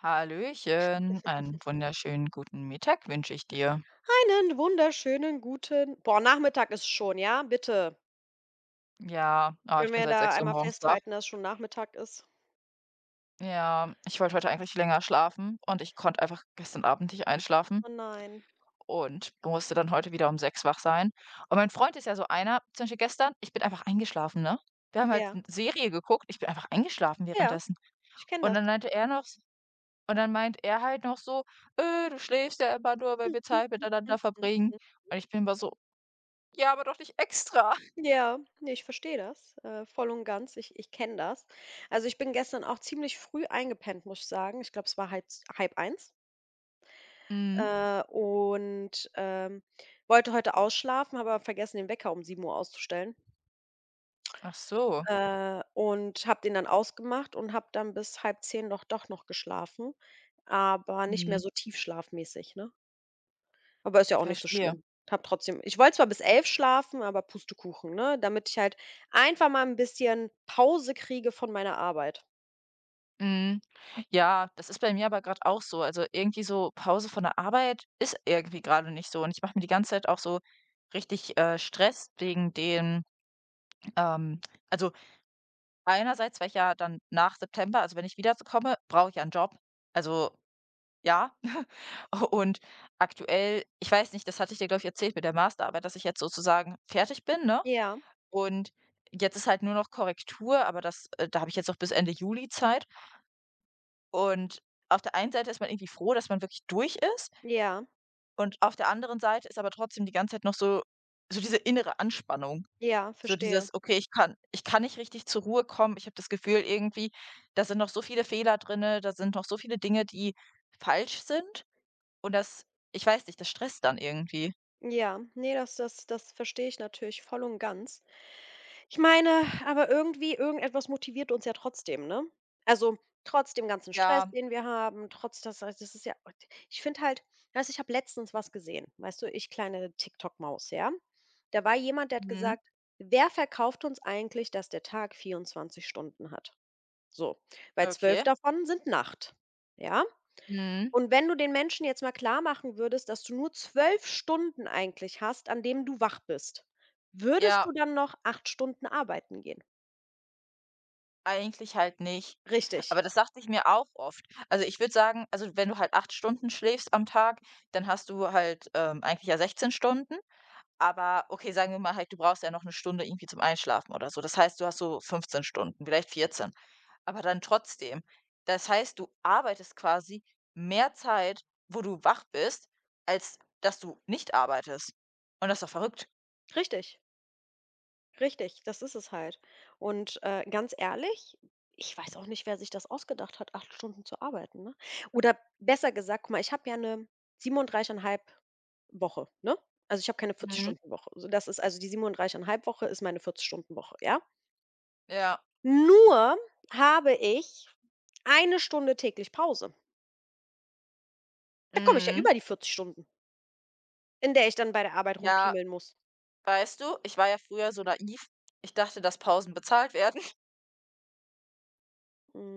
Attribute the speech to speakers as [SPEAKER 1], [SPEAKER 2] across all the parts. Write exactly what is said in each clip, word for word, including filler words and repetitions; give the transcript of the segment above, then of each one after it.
[SPEAKER 1] Hallöchen, einen wunderschönen guten Mittag wünsche ich dir.
[SPEAKER 2] Einen wunderschönen guten boah, Nachmittag ist schon, ja? Bitte.
[SPEAKER 1] Ja, ah, ich
[SPEAKER 2] Können
[SPEAKER 1] bin
[SPEAKER 2] wir
[SPEAKER 1] seit
[SPEAKER 2] da
[SPEAKER 1] sechs Uhr
[SPEAKER 2] einmal
[SPEAKER 1] morgens wach.
[SPEAKER 2] festhalten, dass schon Nachmittag ist?
[SPEAKER 1] Ja, ich wollte heute eigentlich länger schlafen und ich konnte einfach gestern Abend nicht einschlafen
[SPEAKER 2] Oh nein.
[SPEAKER 1] und musste dann heute wieder um sechs wach sein. Und mein Freund ist ja so einer, zum Beispiel gestern, ich bin einfach eingeschlafen, ne? Wir haben halt
[SPEAKER 2] Ja,
[SPEAKER 1] eine Serie geguckt, ich bin einfach eingeschlafen
[SPEAKER 2] ja,
[SPEAKER 1] währenddessen.
[SPEAKER 2] ich kenne
[SPEAKER 1] Und
[SPEAKER 2] das.
[SPEAKER 1] dann meinte er noch s und dann meint er halt noch so: „Äh, Du schläfst ja immer nur, weil
[SPEAKER 2] Hm,
[SPEAKER 1] wir
[SPEAKER 2] hm,
[SPEAKER 1] Zeit
[SPEAKER 2] hm, hm,
[SPEAKER 1] miteinander
[SPEAKER 2] hm,
[SPEAKER 1] verbringen.“
[SPEAKER 2] hm.
[SPEAKER 1] Und ich bin immer so: „Ja, aber doch nicht extra.“
[SPEAKER 2] Ja, ne, ich verstehe das, äh, voll und ganz. Ich ich kenne das. Also, ich bin gestern auch ziemlich früh eingepennt, muss ich sagen. Ich glaube, es war halb z halb eins,
[SPEAKER 1] Mhm.
[SPEAKER 2] äh, und, ähm, wollte heute ausschlafen, habe aber vergessen, den Wecker um sieben Uhr auszustellen.
[SPEAKER 1] Ach so,
[SPEAKER 2] Äh, und habe den dann ausgemacht und habe dann bis halb zehn doch doch noch geschlafen, aber nicht mehr
[SPEAKER 1] mhm,
[SPEAKER 2] so tiefschlafmäßig, ne? Aber ist ja auch nicht so
[SPEAKER 1] verstehe.
[SPEAKER 2] schlimm. Habe trotzdem ich wollte zwar bis elf schlafen, aber Pustekuchen, ne? Damit ich halt einfach mal ein bisschen Pause kriege von meiner Arbeit.
[SPEAKER 1] Mhm. Ja, das ist bei mir aber gerade auch so. Also, irgendwie so Pause von der Arbeit ist irgendwie gerade nicht so und ich mache mir die ganze Zeit auch so richtig, äh, Stress wegen den ähm, also, einerseits, weil ich ja dann nach September, also, wenn ich wiederkomme, brauche ich ja einen Job. Also, ja. Und aktuell, ich weiß nicht, das hatte ich dir, glaube ich, erzählt mit der Masterarbeit, dass ich jetzt sozusagen fertig bin, ne?
[SPEAKER 2] Ja,
[SPEAKER 1] Und jetzt ist halt nur noch Korrektur, aber das, äh, da habe ich jetzt noch bis Ende Juli Zeit. Und auf der einen Seite ist man irgendwie froh, dass man wirklich durch ist,
[SPEAKER 2] ja,
[SPEAKER 1] und auf der anderen Seite ist aber trotzdem die ganze Zeit noch so, so diese innere Anspannung.
[SPEAKER 2] ja,
[SPEAKER 1] So
[SPEAKER 2] verstehe.
[SPEAKER 1] dieses: „Okay, ich kann ich kann nicht richtig zur Ruhe kommen. Ich habe das Gefühl irgendwie, da sind noch so viele Fehler drinne, da sind noch so viele Dinge, die falsch sind.“ Und das Ich weiß nicht, das stresst dann irgendwie.
[SPEAKER 2] Ja, ne, das das das verstehe ich natürlich voll und ganz. Ich meine, aber irgendwie irgendetwas motiviert uns ja trotzdem, ne? Also, trotz dem ganzen Stress,
[SPEAKER 1] Ja,
[SPEAKER 2] den wir haben, trotz das das ist ja, ich finde halt, weißt du, ich habe letztens was gesehen, weißt du, ich kleine TikTok-Maus, ja? Da war jemand, der hat
[SPEAKER 1] mhm,
[SPEAKER 2] gesagt: „Wer verkauft uns eigentlich, dass der Tag vierundzwanzig Stunden hat?" So, weil zwölf
[SPEAKER 1] okay.
[SPEAKER 2] davon sind Nacht, ja?
[SPEAKER 1] Mhm.
[SPEAKER 2] Und wenn du den Menschen jetzt mal klar machen würdest, dass du nur zwölf Stunden eigentlich hast, an denen du wach bist, würdest du
[SPEAKER 1] Ja,
[SPEAKER 2] dann noch acht Stunden arbeiten gehen?
[SPEAKER 1] eigentlich halt nicht. Aber
[SPEAKER 2] Richtig,
[SPEAKER 1] das dachte ich mir auch oft. Also, ich würde sagen, also, wenn du halt acht Stunden schläfst am Tag, dann hast du halt, ähm, eigentlich ja sechzehn Stunden. Aber okay, sagen wir mal halt, du brauchst ja noch eine Stunde irgendwie zum Einschlafen oder so. Das heißt, du hast so fünfzehn Stunden, vielleicht vierzehn. Aber dann trotzdem. Das heißt, du arbeitest quasi mehr Zeit, wo du wach bist, als dass du nicht arbeitest. Und das ist doch verrückt.
[SPEAKER 2] richtig, richtig, das ist es halt. Und, äh, ganz ehrlich, ich weiß auch nicht, wer sich das ausgedacht hat, acht Stunden zu arbeiten, ne? Oder besser gesagt, guck mal, ich habe ja eine 'ne siebenunddreißig Komma fünf Woche, ne? Also, ich habe keine vierzig
[SPEAKER 1] Mhm.
[SPEAKER 2] Stunden Woche. Also das ist, also die siebenunddreißig Komma fünf Woche ist meine vierzig Stunden Woche, ja?
[SPEAKER 1] Ja.
[SPEAKER 2] Nur habe ich eine Stunde täglich Pause. Da komme ich ja
[SPEAKER 1] Mhm.
[SPEAKER 2] über die vierzig Stunden, in der ich dann bei der Arbeit
[SPEAKER 1] Ja,
[SPEAKER 2] rumpiemeln muss.
[SPEAKER 1] weißt du, ich war ja früher so naiv. Ich dachte, dass Pausen bezahlt werden,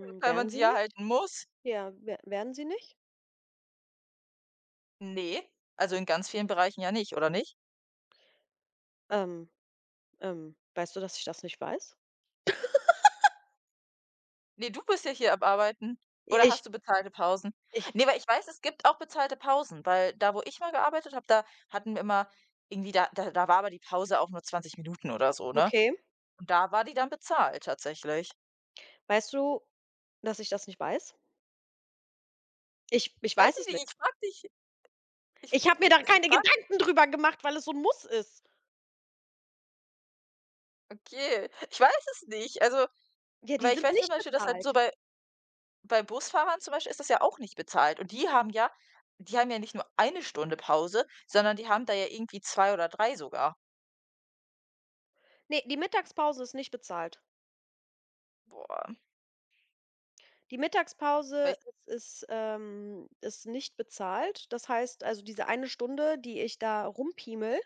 [SPEAKER 1] weil
[SPEAKER 2] werden
[SPEAKER 1] man sie
[SPEAKER 2] Sie
[SPEAKER 1] ja
[SPEAKER 2] nicht?
[SPEAKER 1] halten muss.
[SPEAKER 2] Ja, we werden Sie nicht?
[SPEAKER 1] Ne, also in ganz vielen Bereichen ja nicht, oder nicht?
[SPEAKER 2] Ähm, ähm, weißt du, dass ich das nicht weiß?
[SPEAKER 1] Ne, du bist ja hier am Arbeiten.
[SPEAKER 2] I
[SPEAKER 1] Oder
[SPEAKER 2] ich
[SPEAKER 1] hast du bezahlte Pausen?
[SPEAKER 2] ich
[SPEAKER 1] Ne, weil ich weiß, es gibt auch bezahlte Pausen, weil da, wo ich mal gearbeitet habe, da hatten wir immer irgendwie, da da da war aber die Pause auch nur zwanzig Minuten oder so, ne?
[SPEAKER 2] Okay.
[SPEAKER 1] Und da war die dann bezahlt tatsächlich.
[SPEAKER 2] Weißt du, dass ich das nicht weiß? Ich ich
[SPEAKER 1] Weiß
[SPEAKER 2] weiß es
[SPEAKER 1] ich
[SPEAKER 2] nicht.
[SPEAKER 1] nicht, ich frage dich, ich
[SPEAKER 2] Ich habe mir
[SPEAKER 1] ich
[SPEAKER 2] da
[SPEAKER 1] ich
[SPEAKER 2] keine
[SPEAKER 1] frage
[SPEAKER 2] Gedanken drüber gemacht, weil es so ein Muss ist.
[SPEAKER 1] okay, ich weiß es nicht. Also,
[SPEAKER 2] Ja, die
[SPEAKER 1] weil ich
[SPEAKER 2] sind
[SPEAKER 1] weiß zum
[SPEAKER 2] nicht
[SPEAKER 1] Beispiel, dass halt so
[SPEAKER 2] bezahlt.
[SPEAKER 1] bei, bei Busfahrern zum Beispiel ist das ja auch nicht bezahlt, und die haben ja, die haben ja nicht nur eine Stunde Pause, sondern die haben da ja irgendwie zwei oder drei sogar.
[SPEAKER 2] Ne, die Mittagspause ist nicht bezahlt.
[SPEAKER 1] Boah,
[SPEAKER 2] Die
[SPEAKER 1] weil
[SPEAKER 2] Mittagspause
[SPEAKER 1] ich-
[SPEAKER 2] ist ist, ähm ist nicht bezahlt. Das heißt, also, diese eine Stunde, die ich da rumpiemel,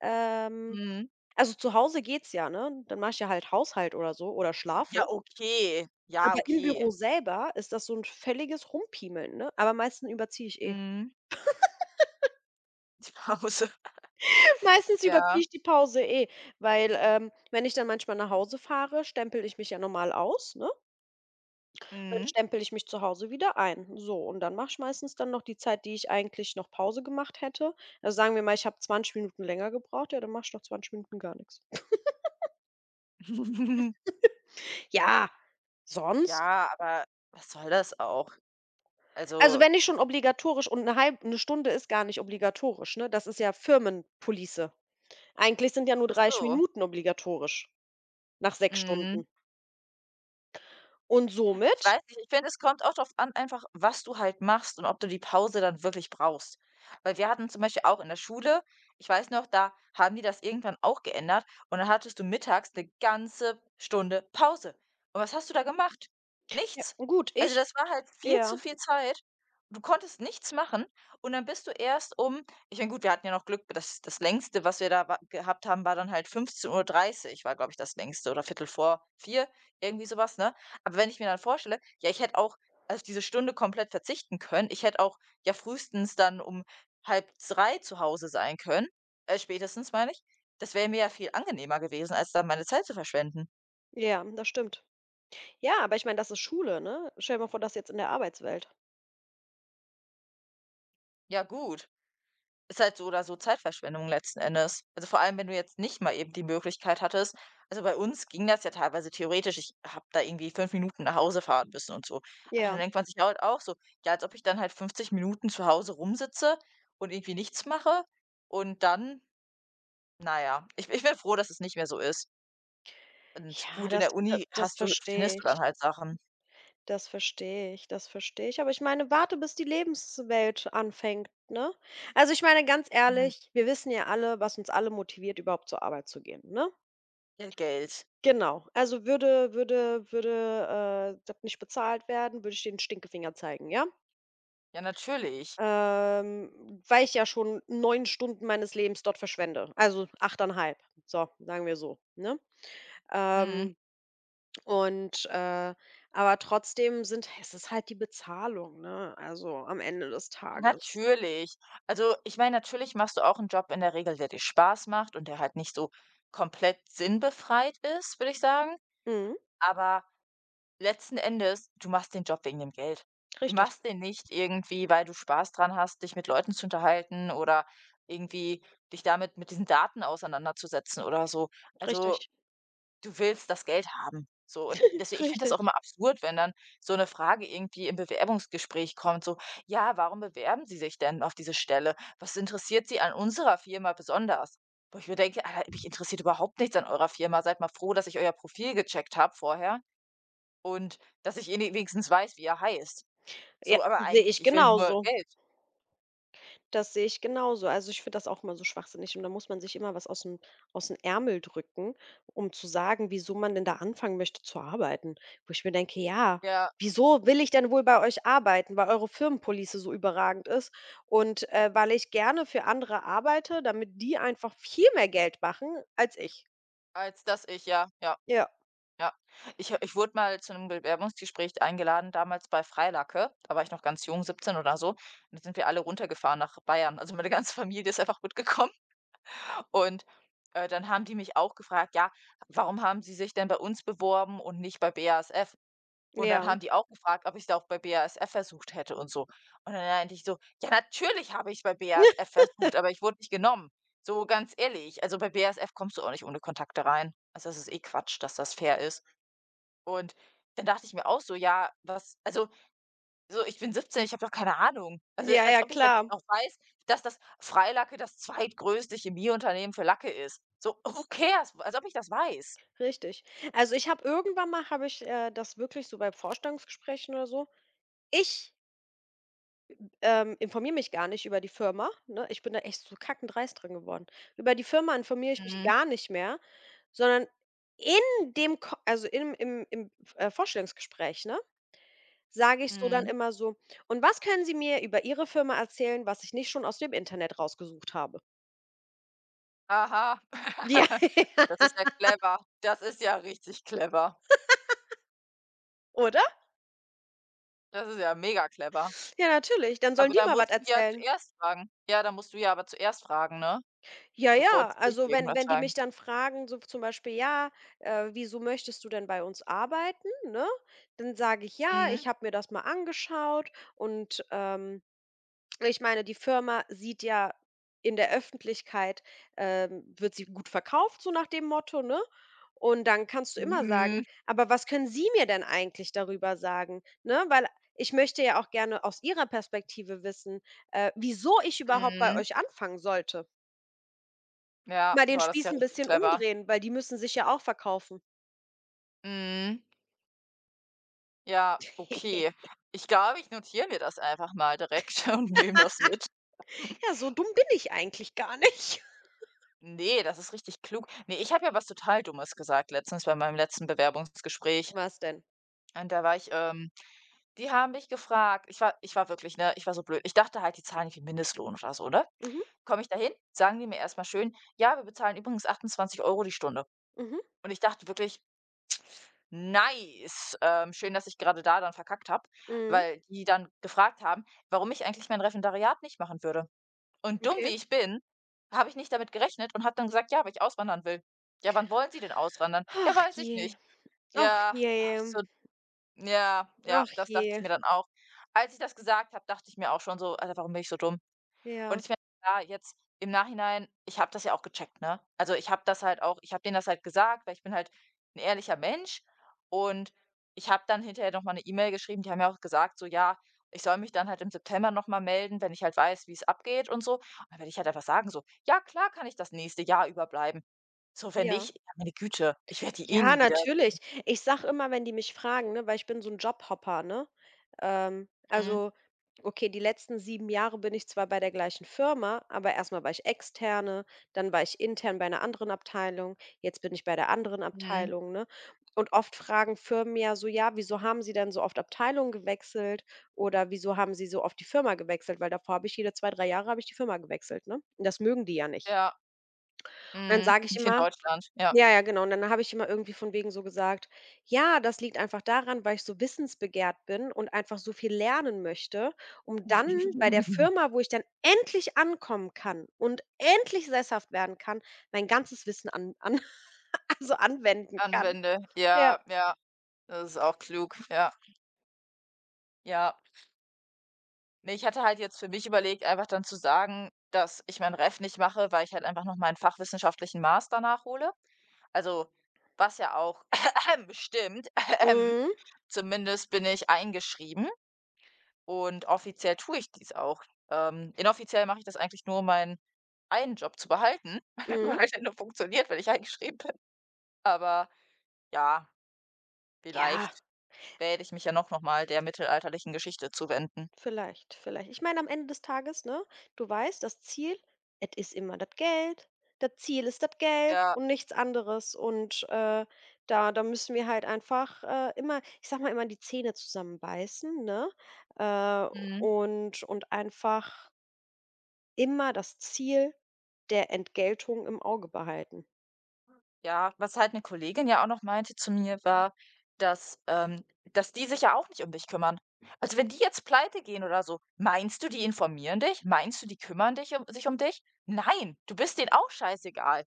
[SPEAKER 2] ähm
[SPEAKER 1] mhm.
[SPEAKER 2] also, zu Hause geht's ja, ne? Dann mache ich ja halt Haushalt oder so oder schlafe.
[SPEAKER 1] Ja, okay. Ja,
[SPEAKER 2] Aber im
[SPEAKER 1] okay.
[SPEAKER 2] Büro selber ist das so ein völliges Rumpiemeln, ne? Aber meistens überziehe ich eh.
[SPEAKER 1] Mhm. Die Pause.
[SPEAKER 2] Meistens überziehe
[SPEAKER 1] Ja.
[SPEAKER 2] ich die Pause eh, weil, ähm, wenn ich dann manchmal nach Hause fahre, stempel ich mich ja normal aus, ne? Dann
[SPEAKER 1] Mhm.
[SPEAKER 2] stempel ich mich zu Hause wieder ein. So, und dann mache ich meistens dann noch die Zeit, die ich eigentlich noch Pause gemacht hätte. Also sagen wir mal, ich habe zwanzig Minuten länger gebraucht, ja, dann mache ich noch zwanzig Minuten gar nichts. Ja, sonst,
[SPEAKER 1] Ja, aber was soll das auch?
[SPEAKER 2] also
[SPEAKER 1] Also,
[SPEAKER 2] wenn nicht schon obligatorisch und eine halbe 'ne Stunde ist gar nicht obligatorisch, ne? Das ist ja Firmenpolice. Eigentlich sind ja nur
[SPEAKER 1] ach
[SPEAKER 2] dreißig
[SPEAKER 1] so.
[SPEAKER 2] Minuten obligatorisch nach sechs
[SPEAKER 1] Mhm.
[SPEAKER 2] Stunden. Und
[SPEAKER 1] Ich
[SPEAKER 2] somit,
[SPEAKER 1] weiß nicht, ich finde, es kommt auch drauf an, einfach, was du halt machst und ob du die Pause dann wirklich brauchst. Weil wir hatten zum Beispiel auch in der Schule, ich weiß noch, da haben die das irgendwann auch geändert, und dann hattest du mittags eine ganze Stunde Pause. Und was hast du da gemacht?
[SPEAKER 2] ja,
[SPEAKER 1] Nichts.
[SPEAKER 2] gut,
[SPEAKER 1] Also,
[SPEAKER 2] ich
[SPEAKER 1] das war halt viel zu
[SPEAKER 2] ja,
[SPEAKER 1] viel Zeit. Du konntest nichts machen, und dann bist du erst um, ich meine, gut, wir hatten ja noch Glück, das das Längste, was wir da wa gehabt haben, war dann halt fünfzehn Uhr dreißig, war, glaube ich, das Längste, oder Viertel vor vier, irgendwie sowas, ne? Aber wenn ich mir dann vorstelle, ja, ich hätte auch auf diese Stunde komplett verzichten können. Ich hätte auch ja frühestens dann um halb drei zu Hause sein können, äh, spätestens meine ich. Das wäre mir ja viel angenehmer gewesen, als dann meine Zeit zu verschwenden.
[SPEAKER 2] ja, das stimmt. Ja, aber ich meine, das ist Schule, ne? Stell dir mal vor, das jetzt in der Arbeitswelt.
[SPEAKER 1] Ja, gut. Ist halt so oder so Zeitverschwendung letzten Endes. Also, vor allem, wenn du jetzt nicht mal eben die Möglichkeit hattest, also, bei uns ging das ja teilweise theoretisch. Ich habe da irgendwie fünf Minuten nach Hause fahren müssen und so. Aber dann
[SPEAKER 2] Ja.
[SPEAKER 1] denkt man sich ja halt auch so: „Ja, als ob ich dann halt fünfzig Minuten zu Hause rumsitze und irgendwie nichts mache“, und dann, naja, ich ich bin froh, dass es nicht mehr so ist. Und
[SPEAKER 2] Ja,
[SPEAKER 1] gut, in
[SPEAKER 2] das
[SPEAKER 1] der
[SPEAKER 2] da
[SPEAKER 1] Uni
[SPEAKER 2] das
[SPEAKER 1] hast du,
[SPEAKER 2] verstehe
[SPEAKER 1] findest du
[SPEAKER 2] ich.
[SPEAKER 1] dann halt Sachen.
[SPEAKER 2] Das verstehe ich, das verstehe ich. Aber ich meine, warte, bis die Lebenswelt anfängt, ne? Also, ich meine, ganz
[SPEAKER 1] Mhm.
[SPEAKER 2] ehrlich, wir wissen ja alle, was uns alle motiviert, überhaupt zur Arbeit zu gehen, ne?
[SPEAKER 1] Ja, Geld.
[SPEAKER 2] Genau. Also, würde würde würde, äh, das nicht bezahlt werden, würde ich den Stinkefinger zeigen, ja?
[SPEAKER 1] Ja, natürlich.
[SPEAKER 2] Ähm, weil ich ja schon neun Stunden meines Lebens dort verschwende, also achteinhalb. So, sagen wir so, ne?
[SPEAKER 1] Mhm.
[SPEAKER 2] Ähm Und, äh aber trotzdem sind es ist halt die Bezahlung, ne, also am Ende des Tages.
[SPEAKER 1] Natürlich. Also, ich meine, natürlich machst du auch einen Job in der Regel, der dir Spaß macht und der halt nicht so komplett sinnbefreit ist, würde ich sagen.
[SPEAKER 2] Mhm,
[SPEAKER 1] Aber letzten Endes, du machst den Job wegen dem Geld. Du
[SPEAKER 2] richtig,
[SPEAKER 1] machst den nicht irgendwie, weil du Spaß dran hast, dich mit Leuten zu unterhalten, oder irgendwie dich damit, mit diesen Daten auseinanderzusetzen oder so. Also,
[SPEAKER 2] richtig,
[SPEAKER 1] du willst das Geld haben. So, und deswegen, ich finde das
[SPEAKER 2] richtig.
[SPEAKER 1] auch immer absurd, wenn dann so eine Frage irgendwie im Bewerbungsgespräch kommt, so: „Ja, warum bewerben Sie sich denn auf diese Stelle? Was interessiert Sie an unserer Firma besonders?“ Wo ich mir denke: „Alter, mich interessiert überhaupt nichts an eurer Firma. Seid mal froh, dass ich euer Profil gecheckt habe vorher und dass ich ini wenigstens weiß, wie ihr heißt.“
[SPEAKER 2] Ja,
[SPEAKER 1] So, aber
[SPEAKER 2] sehe
[SPEAKER 1] eigentlich,
[SPEAKER 2] ich
[SPEAKER 1] ich will nur
[SPEAKER 2] genauso.
[SPEAKER 1] Geld.
[SPEAKER 2] Das sehe ich genauso. Also, ich finde das auch immer so schwachsinnig und da muss man sich immer was aus dem aus dem Ärmel drücken, um zu sagen, wieso man denn da anfangen möchte zu arbeiten. Wo ich mir denke: „Ja,
[SPEAKER 1] Ja,
[SPEAKER 2] wieso will ich denn wohl bei euch arbeiten, weil eure Firmenpolice so überragend ist und, äh, weil ich gerne für andere arbeite, damit die einfach viel mehr Geld machen als ich?"
[SPEAKER 1] als dass ich, ja, ja.
[SPEAKER 2] Ja,
[SPEAKER 1] Ja, ich ha ich wurde mal zu einem Bewerbungsgespräch eingeladen, damals bei Freilacke. Da war ich noch ganz jung, siebzehn oder so. Und dann sind wir alle runtergefahren nach Bayern. Also, meine ganze Familie ist einfach mitgekommen. Und, äh, dann haben die mich auch gefragt: „Ja, warum haben Sie sich denn bei uns beworben und nicht bei B A S F?“ Und dann
[SPEAKER 2] ja.
[SPEAKER 1] haben die auch gefragt, ob ich da auch bei B A S F versucht hätte und so. Und dann meinte ich so: „Ja, natürlich habe ich bei B A S F versucht, aber ich wurde nicht genommen.“ So, ganz ehrlich, also, bei B A S F kommst du auch nicht ohne Kontakte rein. Also, das ist eh Quatsch, dass das fair ist. Und dann dachte ich mir auch so: „Ja, was“, also, so, ich bin siebzehn, ich habe doch keine Ahnung. Also,
[SPEAKER 2] Ja,
[SPEAKER 1] als
[SPEAKER 2] ja,
[SPEAKER 1] ob ich jetzt
[SPEAKER 2] klar.
[SPEAKER 1] auch weiß, dass das Freilacke das zweitgrößte Chemieunternehmen für Lacke ist. So, who cares? Als ob ich das weiß.
[SPEAKER 2] Richtig. Also, ich habe irgendwann mal, habe ich, äh, das wirklich so bei Vorstellungsgesprächen oder so. Ich Ähm, informiere mich gar nicht über die Firma, ne? Ich bin da echt so kackendreist drin geworden. Über die Firma informiere ich mich
[SPEAKER 1] Mhm,
[SPEAKER 2] gar nicht mehr, sondern in dem Ko also im im im, äh, Vorstellungsgespräch, ne, sage ich so dann
[SPEAKER 1] mhm.
[SPEAKER 2] immer so: „Und was können Sie mir über Ihre Firma erzählen, was ich nicht schon aus dem Internet rausgesucht habe?"
[SPEAKER 1] Aha.
[SPEAKER 2] Ja,
[SPEAKER 1] Das ist ja clever. Das ist ja richtig clever.
[SPEAKER 2] oder?
[SPEAKER 1] Das ist ja mega clever.
[SPEAKER 2] Ja, natürlich. Dann sollen
[SPEAKER 1] Aber
[SPEAKER 2] die
[SPEAKER 1] da
[SPEAKER 2] mal was
[SPEAKER 1] musst du ja
[SPEAKER 2] erzählen.
[SPEAKER 1] zuerst fragen. Ja, da musst du ja aber zuerst fragen, ne?
[SPEAKER 2] Ja,
[SPEAKER 1] Bevor
[SPEAKER 2] ja,
[SPEAKER 1] die dich
[SPEAKER 2] also wenn
[SPEAKER 1] irgendwas
[SPEAKER 2] wenn die mich
[SPEAKER 1] fragen.
[SPEAKER 2] dann fragen, so zum Beispiel: „Ja, äh, wieso möchtest du denn bei uns arbeiten", ne? Dann sage ich: „Ja,
[SPEAKER 1] Mhm.
[SPEAKER 2] ich habe mir das mal angeschaut" und, ähm, ich meine, die Firma sieht ja in der Öffentlichkeit, ähm wird sie gut verkauft, so nach dem Motto, ne? Und dann kannst du immer sagen:
[SPEAKER 1] Mhm.
[SPEAKER 2] „Aber was können Sie mir denn eigentlich darüber sagen?", ne? Weil ich möchte ja auch gerne aus Ihrer Perspektive wissen, äh, wieso ich überhaupt bei
[SPEAKER 1] Mhm.
[SPEAKER 2] euch anfangen sollte.
[SPEAKER 1] Ja,
[SPEAKER 2] Mal den
[SPEAKER 1] boah, das ist
[SPEAKER 2] Spieß
[SPEAKER 1] ja
[SPEAKER 2] 'n
[SPEAKER 1] richtig
[SPEAKER 2] bisschen
[SPEAKER 1] clever.
[SPEAKER 2] umdrehen, weil die müssen sich ja auch verkaufen.
[SPEAKER 1] Mhm. Ja, okay. Ich glaube, ich notiere mir das einfach mal direkt und nehme das mit.
[SPEAKER 2] Ja, so dumm bin ich eigentlich gar nicht.
[SPEAKER 1] Ne, das ist richtig klug. Ne, ich habe ja was total Dummes gesagt letztens bei meinem letzten Bewerbungsgespräch.
[SPEAKER 2] Was denn?
[SPEAKER 1] Und da war ich, ähm die haben mich gefragt, ich war ich war wirklich, ne, ich war so blöd. Ich dachte halt, die zahlen irgendwie Mindestlohn oder so, ne?
[SPEAKER 2] Mhm,
[SPEAKER 1] Komme ich dahin, sagen die mir erst mal schön: „Ja, wir bezahlen übrigens achtundzwanzig Euro die Stunde.“
[SPEAKER 2] mhm,
[SPEAKER 1] Und ich dachte wirklich, nice. Ähm, schön, dass ich gerade da dann verkackt habe,
[SPEAKER 2] mhm,
[SPEAKER 1] weil die dann gefragt haben, warum ich eigentlich mein Referendariat nicht machen würde. Und dumm, wie
[SPEAKER 2] okay.
[SPEAKER 1] ich bin, habe ich nicht damit gerechnet und habe dann gesagt: „Ja, weil ich auswandern will.“ „Ja, wann wollen Sie denn auswandern?“ „Ja,
[SPEAKER 2] Ach
[SPEAKER 1] weiß ich
[SPEAKER 2] je,
[SPEAKER 1] nicht.“
[SPEAKER 2] ach
[SPEAKER 1] Ja,
[SPEAKER 2] je,
[SPEAKER 1] ah, so, ja, ja,
[SPEAKER 2] ach
[SPEAKER 1] das dachte
[SPEAKER 2] je.
[SPEAKER 1] ich mir dann auch. Als ich das gesagt habe, dachte ich mir auch schon so: „Alter, warum bin ich so dumm?“, und
[SPEAKER 2] Ja,
[SPEAKER 1] ich meine, klar, jetzt im Nachhinein, ich habe das ja auch gecheckt, ne? Also, ich habe das halt auch ich habe denen das halt gesagt, weil ich bin halt ein ehrlicher Mensch, und ich habe dann hinterher noch mal 'ne E-Mail geschrieben. Die haben ja auch gesagt so: „Ja, ich soll mich dann halt im September noch mal melden, wenn ich halt weiß, wie es abgeht und so.“ Und dann werde ich halt einfach sagen so: „Ja, klar kann ich das nächste Jahr überbleiben.“ So, wenn
[SPEAKER 2] ja.
[SPEAKER 1] nicht, ja, meine Güte, ich werde die eh
[SPEAKER 2] Ja,
[SPEAKER 1] nie
[SPEAKER 2] natürlich.
[SPEAKER 1] wiedersehen.
[SPEAKER 2] Ich sag immer, wenn die mich fragen, ne, weil ich bin so 'n Jobhopper, ne? Ähm,
[SPEAKER 1] Mhm,
[SPEAKER 2] also, okay, die letzten sieben Jahre bin ich zwar bei der gleichen Firma, aber erst mal war ich Externe, dann war ich intern bei 'ner anderen Abteilung, jetzt bin ich bei der anderen
[SPEAKER 1] mhm,
[SPEAKER 2] Abteilung, ne? Und oft fragen Firmen ja so: „Ja, wieso haben Sie denn so oft Abteilungen gewechselt oder wieso haben Sie so oft die Firma gewechselt?" Weil davor habe ich jede zwei, drei Jahre habe ich die Firma gewechselt, ne? Und das mögen die ja nicht.
[SPEAKER 1] ja,
[SPEAKER 2] Und dann
[SPEAKER 1] mhm,
[SPEAKER 2] sage ich
[SPEAKER 1] nicht in
[SPEAKER 2] immer,
[SPEAKER 1] Deutschland, ja.
[SPEAKER 2] ja, ja, genau. Und dann habe ich immer irgendwie von wegen so gesagt: „Ja, das liegt einfach daran, weil ich so wissensbegehrt bin und einfach so viel lernen möchte, um dann bei der Firma, wo ich dann endlich ankommen kann und endlich sesshaft werden kann, mein ganzes Wissen an an also anwenden kann."
[SPEAKER 1] Anwende,
[SPEAKER 2] Ja.
[SPEAKER 1] ja, ja, das ist auch klug, ja. Ja, ne, ich hatte halt jetzt für mich überlegt, einfach dann zu sagen, dass ich mein Ref nicht mache, weil ich halt einfach noch meinen fachwissenschaftlichen Master nachhole. Also, was ja auch stimmt.
[SPEAKER 2] Mhm,
[SPEAKER 1] Zumindest bin ich eingeschrieben und offiziell tue ich dies auch. Ähm, inoffiziell mache ich das eigentlich nur, um meinen einen Job zu behalten,
[SPEAKER 2] mhm.
[SPEAKER 1] weil der nur funktioniert, wenn ich eingeschrieben bin. Aber ja,
[SPEAKER 2] Ja.
[SPEAKER 1] vielleicht werde ich mich ja noch noch mal der mittelalterlichen Geschichte zuwenden.
[SPEAKER 2] Vielleicht, vielleicht. Ich meine, am Ende des Tages, ne, du weißt, das Ziel, es ist immer das Geld. Das Ziel ist das Geld
[SPEAKER 1] Ja,
[SPEAKER 2] und nichts anderes. Und äh, da, da müssen wir halt einfach äh, immer, ich sag mal, immer die Zähne zusammenbeißen, ne? Äh,
[SPEAKER 1] mhm.
[SPEAKER 2] und, und einfach immer das Ziel der Entgeltung im Auge behalten.
[SPEAKER 1] Ja, was halt eine Kollegin ja auch noch meinte zu mir war, dass, ähm, dass die sich ja auch nicht um dich kümmern. Also, wenn die jetzt Pleite gehen oder so, meinst du, die informieren dich? Meinst du, die kümmern dich, um sich um dich? Nein, du bist denen auch scheißegal.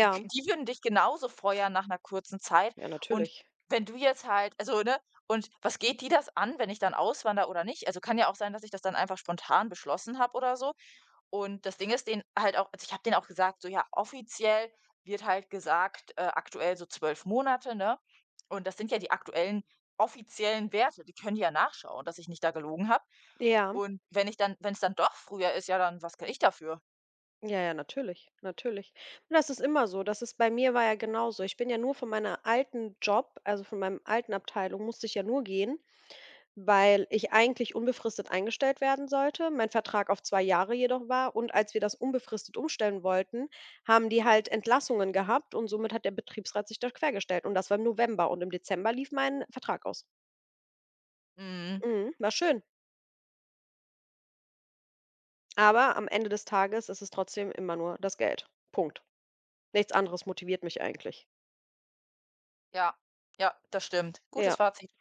[SPEAKER 1] Die k die würden dich genauso feuern nach einer kurzen Zeit,
[SPEAKER 2] ja,
[SPEAKER 1] und
[SPEAKER 2] natürlich.
[SPEAKER 1] wenn du jetzt halt, also, ne, und was geht die das an, wenn ich dann auswandere oder nicht? Also, kann ja auch sein, dass ich das dann einfach spontan beschlossen habe oder so. Und das Ding ist den halt auch, also, ich habe denen auch gesagt, so: „Ja, offiziell wird halt gesagt, äh, aktuell so zwölf Monate“, ne? Und das sind ja die aktuellen offiziellen Werte, die können die ja nachschauen, dass ich nicht da gelogen habe.
[SPEAKER 2] Ja.
[SPEAKER 1] Und wenn ich dann, wenn es dann doch früher ist, ja, dann was kann ich dafür?
[SPEAKER 2] Ja, ja, natürlich, natürlich. Und das ist immer so. Das ist bei mir war ja genauso. Ich bin ja nur von meiner alten Job, also von meinem alten Abteilung, musste ich ja nur gehen, weil ich eigentlich unbefristet eingestellt werden sollte, mein Vertrag auf zwei Jahre jedoch war. Und als wir das unbefristet umstellen wollten, haben die halt Entlassungen gehabt und somit hat der Betriebsrat sich da quergestellt. Und das war im November und im Dezember lief mein Vertrag aus.
[SPEAKER 1] Mhm.
[SPEAKER 2] Mhm, war schön. Aber am Ende des Tages ist es trotzdem immer nur das Geld. Punkt. Nichts anderes motiviert mich eigentlich.
[SPEAKER 1] Ja, ja, das stimmt. Gutes
[SPEAKER 2] Ja.
[SPEAKER 1] Fazit.